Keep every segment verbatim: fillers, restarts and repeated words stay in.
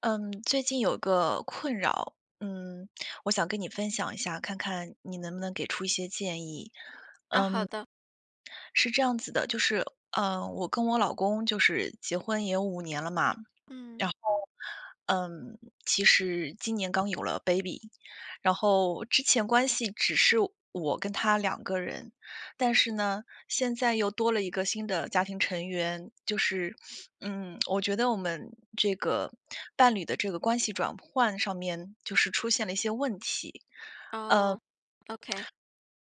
嗯，最近有个困扰，嗯，我想跟你分享一下，看看你能不能给出一些建议。啊，好的。是这样子的，就是，嗯、我跟我老公就是结婚也有五年了嘛，然嗯。后，嗯，其实今年刚有了 baby，然后之前关系只是我跟他两个人，但是呢，现在又多了一个新的家庭成员，就是，嗯，我觉得我们这个伴侣的这个关系转换上面，就是出现了一些问题。哦，OK。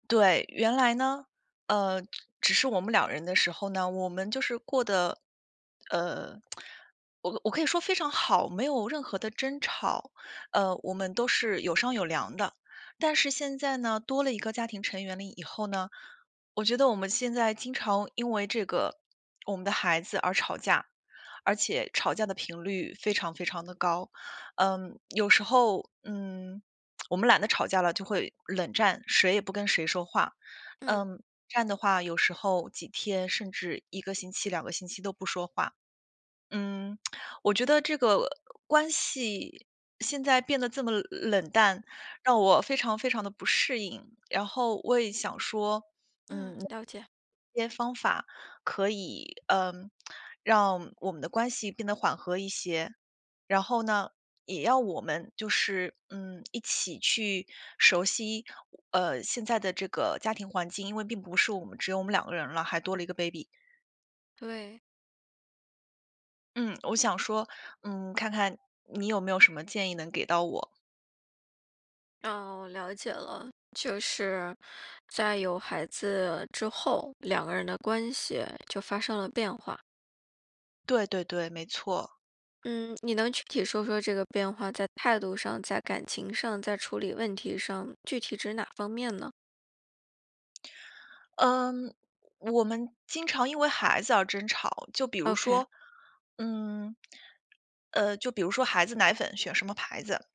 对，原来呢，呃，只是我们两人的时候呢，我们就是过得，呃，我我可以说非常好，没有任何的争吵，呃，我们都是有商有量的。但是现在呢，多了一个家庭成员了以后呢，我觉得我们现在经常因为这个我们的孩子而吵架，而且吵架的频率非常非常的高。嗯，有时候，嗯。我们懒得吵架了，就会冷战，谁也不跟谁说话。嗯嗯，这样的话，有时候几天甚至一个星期、两个星期都不说话。嗯，我觉得这个关系现在变得这么冷淡，让我非常非常的不适应。然后我也想说嗯，了解。些方法可以，嗯，让我们的关系变得缓和一些。然后呢，也要我们就是，嗯，一起去熟悉，呃，现在的这个家庭环境，因为并不是我们只有我们两个人了，还多了一个 baby。对。嗯，我想说，嗯，看看你有没有什么建议能给到我？哦，了解了，就是在有孩子之后，两个人的关系就发生了变化。对对对，没错。嗯，你能具体说说这个变化在态度上、在感情上、在处理问题上，具体指哪方面呢嗯，我们经常因为孩子而争吵，就比如？OK。说，嗯，呃，就比如说孩子奶粉选什么牌子，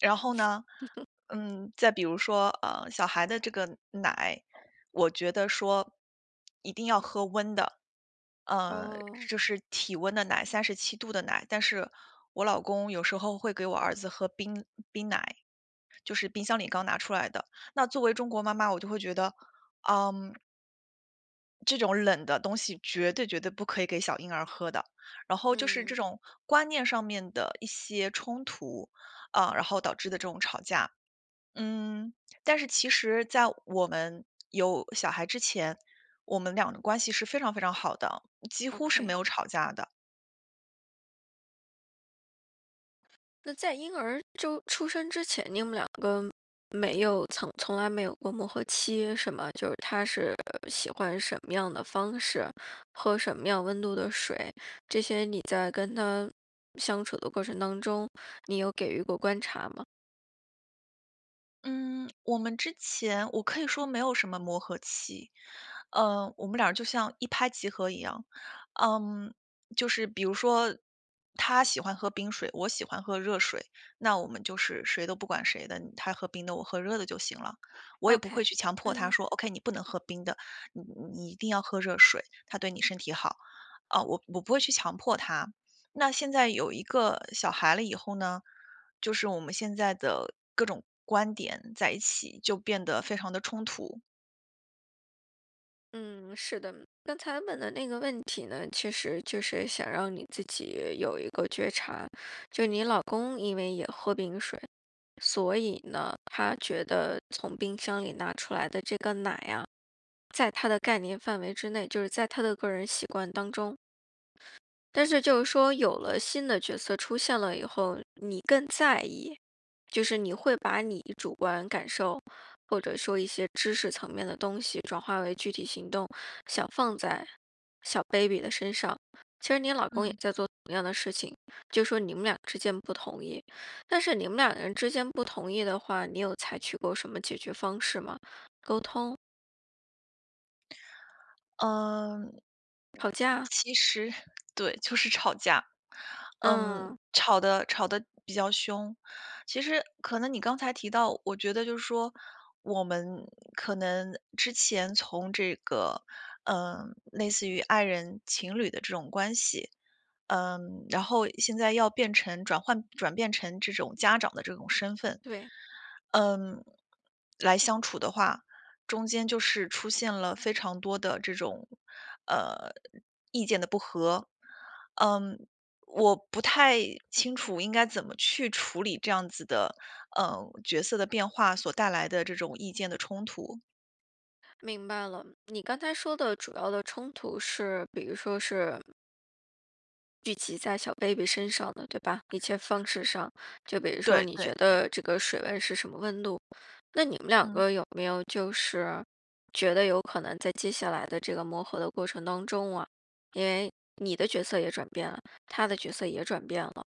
然后呢，嗯，再比如说，呃，小孩的这个奶，我觉得说一定要喝温的，呃，哦，就是体温的奶，三十七度的奶，但是我老公有时候会给我儿子喝冰冰奶，就是冰箱里刚拿出来的。那作为中国妈妈，我就会觉得，嗯，这种冷的东西绝对绝对不可以给小婴儿喝的。然后就是这嗯种观念上面的一些冲突，啊，然后导致的这种吵架。嗯，但是其实在我们有小孩之前，我们俩的关系是非常非常好的，几乎是没，OK。有吵架的。那在婴儿就出生之前，你们两个没有曾从来没有过磨合期，是吗？就是他是呃喜欢什么样的方式，喝什么样温度的水，这些你在跟他相处的过程当中，你有给予过观察吗嗯，我们之前我可以说没有什么磨合期，呃，我们俩就像一拍即合一样，嗯，就是比如说他喜欢喝冰水，我喜欢喝热水，那我们就是谁都不管谁的，他喝冰的，我喝热的就行了，我也不会？OK，去强迫他嗯。说，OK,你不能喝冰的，你你一定要喝热水，他对你身体好，啊、我我不会去强迫他，那现在有一个小孩了以后呢，就是我们现在的各种观点在一起就变得非常的冲突。嗯，是的。刚才问的那个问题呢，其实就是想让你自己有一个觉察，就你老公因为也喝冰水，所以呢，他觉得从冰箱里拿出来的这个奶啊，在他的概念范围之内，就是在他的个人习惯当中。但是就是说有了新的角色出现了以后，你更在意，就是你会把你主观感受，或者说一些知识层面的东西转化为具体行动，想放在小 baby 的身上。其实你老公也嗯。在做同样的事情，就说你们俩之间不同意，但是你们两个人之间不同意的话，你有采取过什么解决方式吗？沟通、嗯，吵架？其实 对，就是吵架。嗯，嗯，吵得吵得比较凶。其实可能你刚才提到，我觉得就是说，我们可能之前从这个，嗯，类似于爱人、情侣的这种关系，嗯，然后现在要变成转换转变成这种家长的这种身份，对。嗯，来相处的话，中间就是出现了非常多的这种，呃，意见的不合。嗯，我不太清楚应该怎么去处理这样子的，嗯，角色的变化所带来的这种意见的冲突。明白了，你刚才说的主要的冲突是，比如说是聚集在小 baby 身上的，对吧？一些方式上，就比如说对你觉对对，得这个水温是什么温度，那你们两嗯个有没有就是觉得有可能在接下来的这个磨合的过程当中啊，因为你的角色也转变了，他的角色也转变了。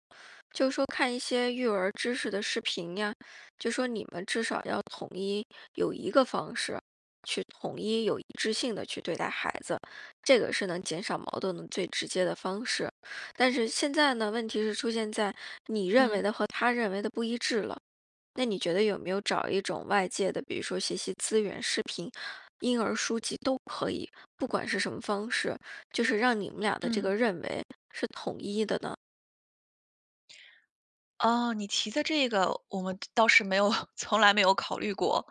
就说看一些育儿知识的视频呀，就说你们至少要统一有一个方式，去统一有一致性的去对待孩子，这个是能减少矛盾的最直接的方式。但是现在呢，问题是出现在你认为嗯的和他认为的不一致了。那你觉得有没有找一种外界的，比如说学习资源、视频、婴儿书籍都可以，不管是什么方式，就是让你们俩的这嗯。个认为是统一的呢？哦，你提的这个我们倒是没有 从来没有考虑过。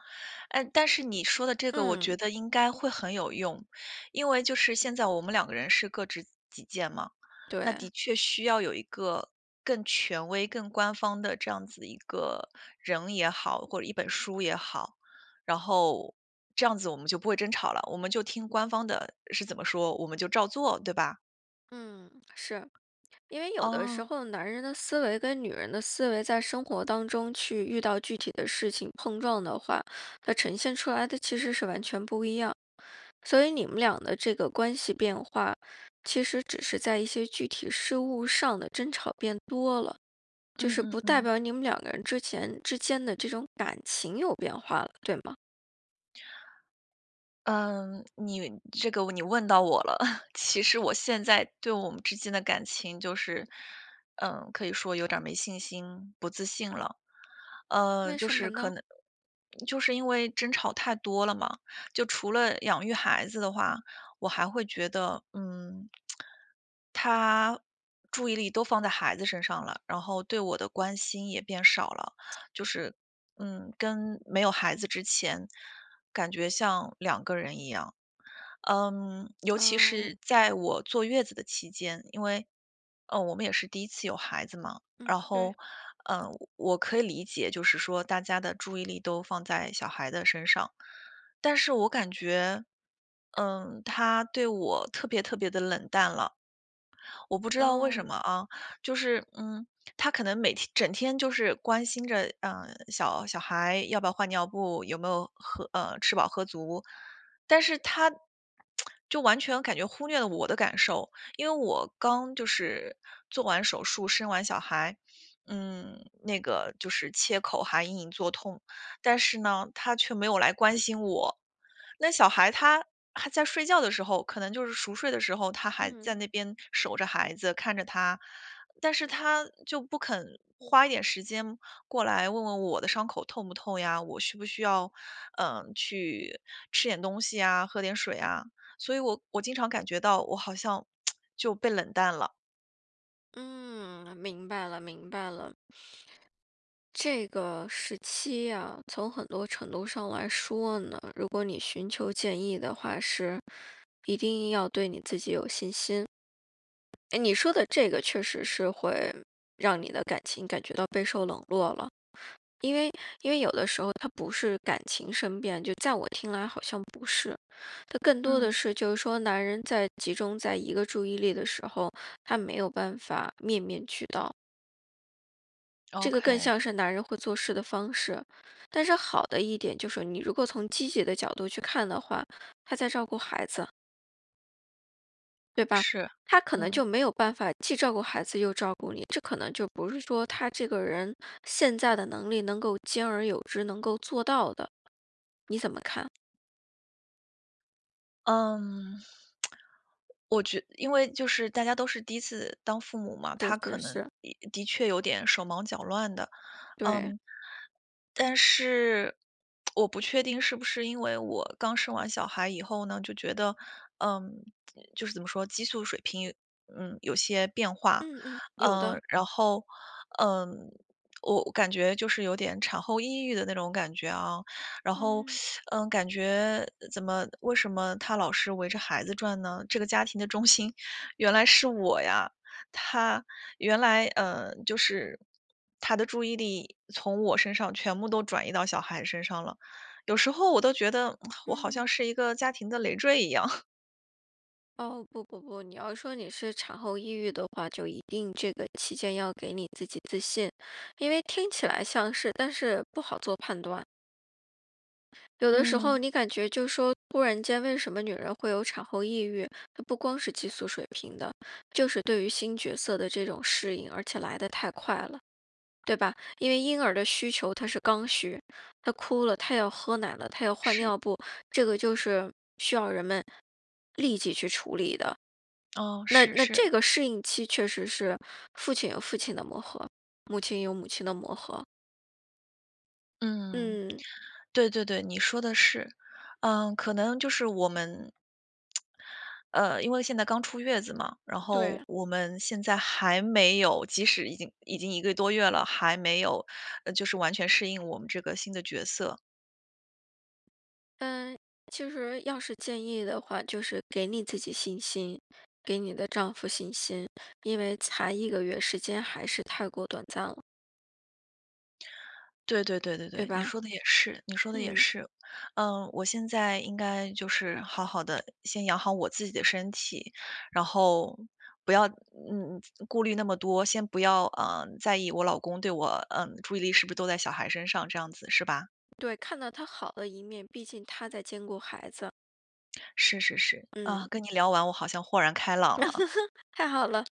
哎，但是你说的这个我嗯，觉得应该会很有用。因为就是现在我们两个人是各执己见嘛，那对。的确需要有一个更权威、更官方的这样子一个人也好，或者一本书也好，然后这样子我们就不会争吵了，我们就听官方的是怎么说，我们就照做，对吧？嗯，是因为有的时哦，候男人的思维跟女人的思维在生活当中去遇到具体的事情碰撞的话，它呈现出来的其实是完全不一样。所以你们俩的这个关系变化，其实只是在一些具体事物上的争吵变多了，就嗯是嗯不代嗯。表你们两个人之前之间的这种感情有变化了，对吗？嗯，你这个你问到我了。其实我现在对我们之间的感情就是，嗯，可以说有点儿没信心、不自信了。呃，为就什么是可呢？能就是因为争吵太多了嘛，就除了养育孩子的话，我还会觉得，嗯，他注意力都放在孩子身上了，然后对我的关心也变少了。就是，嗯，跟没有孩子之前，感觉像两个人一样。嗯，尤其哦，是在我坐月子的期间，因为，呃，我们也是第一次有孩子嘛，嗯，嗯，然对。后，嗯，呃我可以理解，就是说大家的注意力都放在小孩的身上，但是我感觉，嗯，他对我特别特别的冷淡了。我不知道为哦，什么啊，就是嗯，他可能每天整天就是关心着，嗯，小小孩要不要换尿布，有没有喝呃，吃饱喝足，但是他就完全感觉忽略了我的感受。因为我刚就是做完手术，生完小孩，嗯，那个就是切口还隐隐作痛，但是呢，他却没有来关心我。那小孩他还在睡觉的时候，可能就是熟睡的时候，他还在嗯那边守着孩子，看着他，但是他就不肯花一点时间过来问问我的伤口痛不痛呀，我需不需要，嗯、去吃点东西啊，喝点水啊。所以我我经常感觉到我好像 就被冷淡了。嗯，明白了，明白了。这个时期呀，从很多程度上来说呢，如果你寻求建议的话，是一定要对你自己有信心。哎，你说的这个确实是会让你的感情感觉到备受冷落了，因为因为有的时候它不是感情生变，就在我听来好像不是，它更多的嗯是就是说男人在集中在一个注意力的时候，他没有办法面面俱到。这个更，OK,像是男人会做事的方式。但是好的一点就是，你如果从积极的角度去看的话，他在照顾孩子，对吧？是，他可能嗯。就没有办法既照顾孩子又照顾你，这可能就不是说他这个人现在的能力能够兼而有之，能够做到的。你怎么看？嗯，我觉因为就是大家都是第一次当父母嘛，是他可是能是，也的确有点手忙脚乱的。对。嗯，但是我不确定是不是因为我刚生完小孩以后呢，就觉得，嗯，就是怎么说，激素水平，嗯，有些变化，嗯嗯，有的。嗯，然后，嗯，我感觉就是有点产后抑郁的那种感觉啊，然后，嗯嗯，感觉怎么为什么他老是围着孩子转呢？这个家庭的中心原来是我呀，他原来，呃，就是他的注意力从我身上全部都转移到小孩身上了，有时候我都觉得 我好像嗯。是一个家庭的累赘一样。哦，不不不，你要说你是产后抑郁的话，就一定这个期间要给你自己自信，因为听起来像是，但是不好做判断。有的时嗯，候你感觉就说，突然间为什么女人会有产后抑郁？它不光是激素水平的，就是对于新角色的这种适应，而且来的太快了，对吧？因为婴儿的需求它是刚需，他哭了，他要喝奶了，他要换是，尿布，这个就是需要人们立即去处理的。哦，那是那是，这个适应期确实是父亲有父亲的磨合，母亲有母亲的磨合。嗯，嗯。对对对，你说的是，嗯，可能就是我们，呃，因为现在刚出月子嘛，然后对。我们现在还没有，即使已经已经一个多月了，还没有，呃，就是完全适应我们这个新的角色。嗯，其实要是建议的话，就是给你自己信心，给你的丈夫信心，因为才一个月时间还是太过短暂了，对对对对对对，你吧？说的也是，你说的也嗯。是。嗯，我现在应该就是好好的先养好我自己的身体，然后不要嗯顾虑那么多，先不要嗯、呃在意我老公对我嗯注意力是不是都在小孩身上这样子是吧？对，看到他好的一面，毕竟他在兼顾孩子。是是是啊，嗯。跟你聊完我好像豁然开朗了。太好了。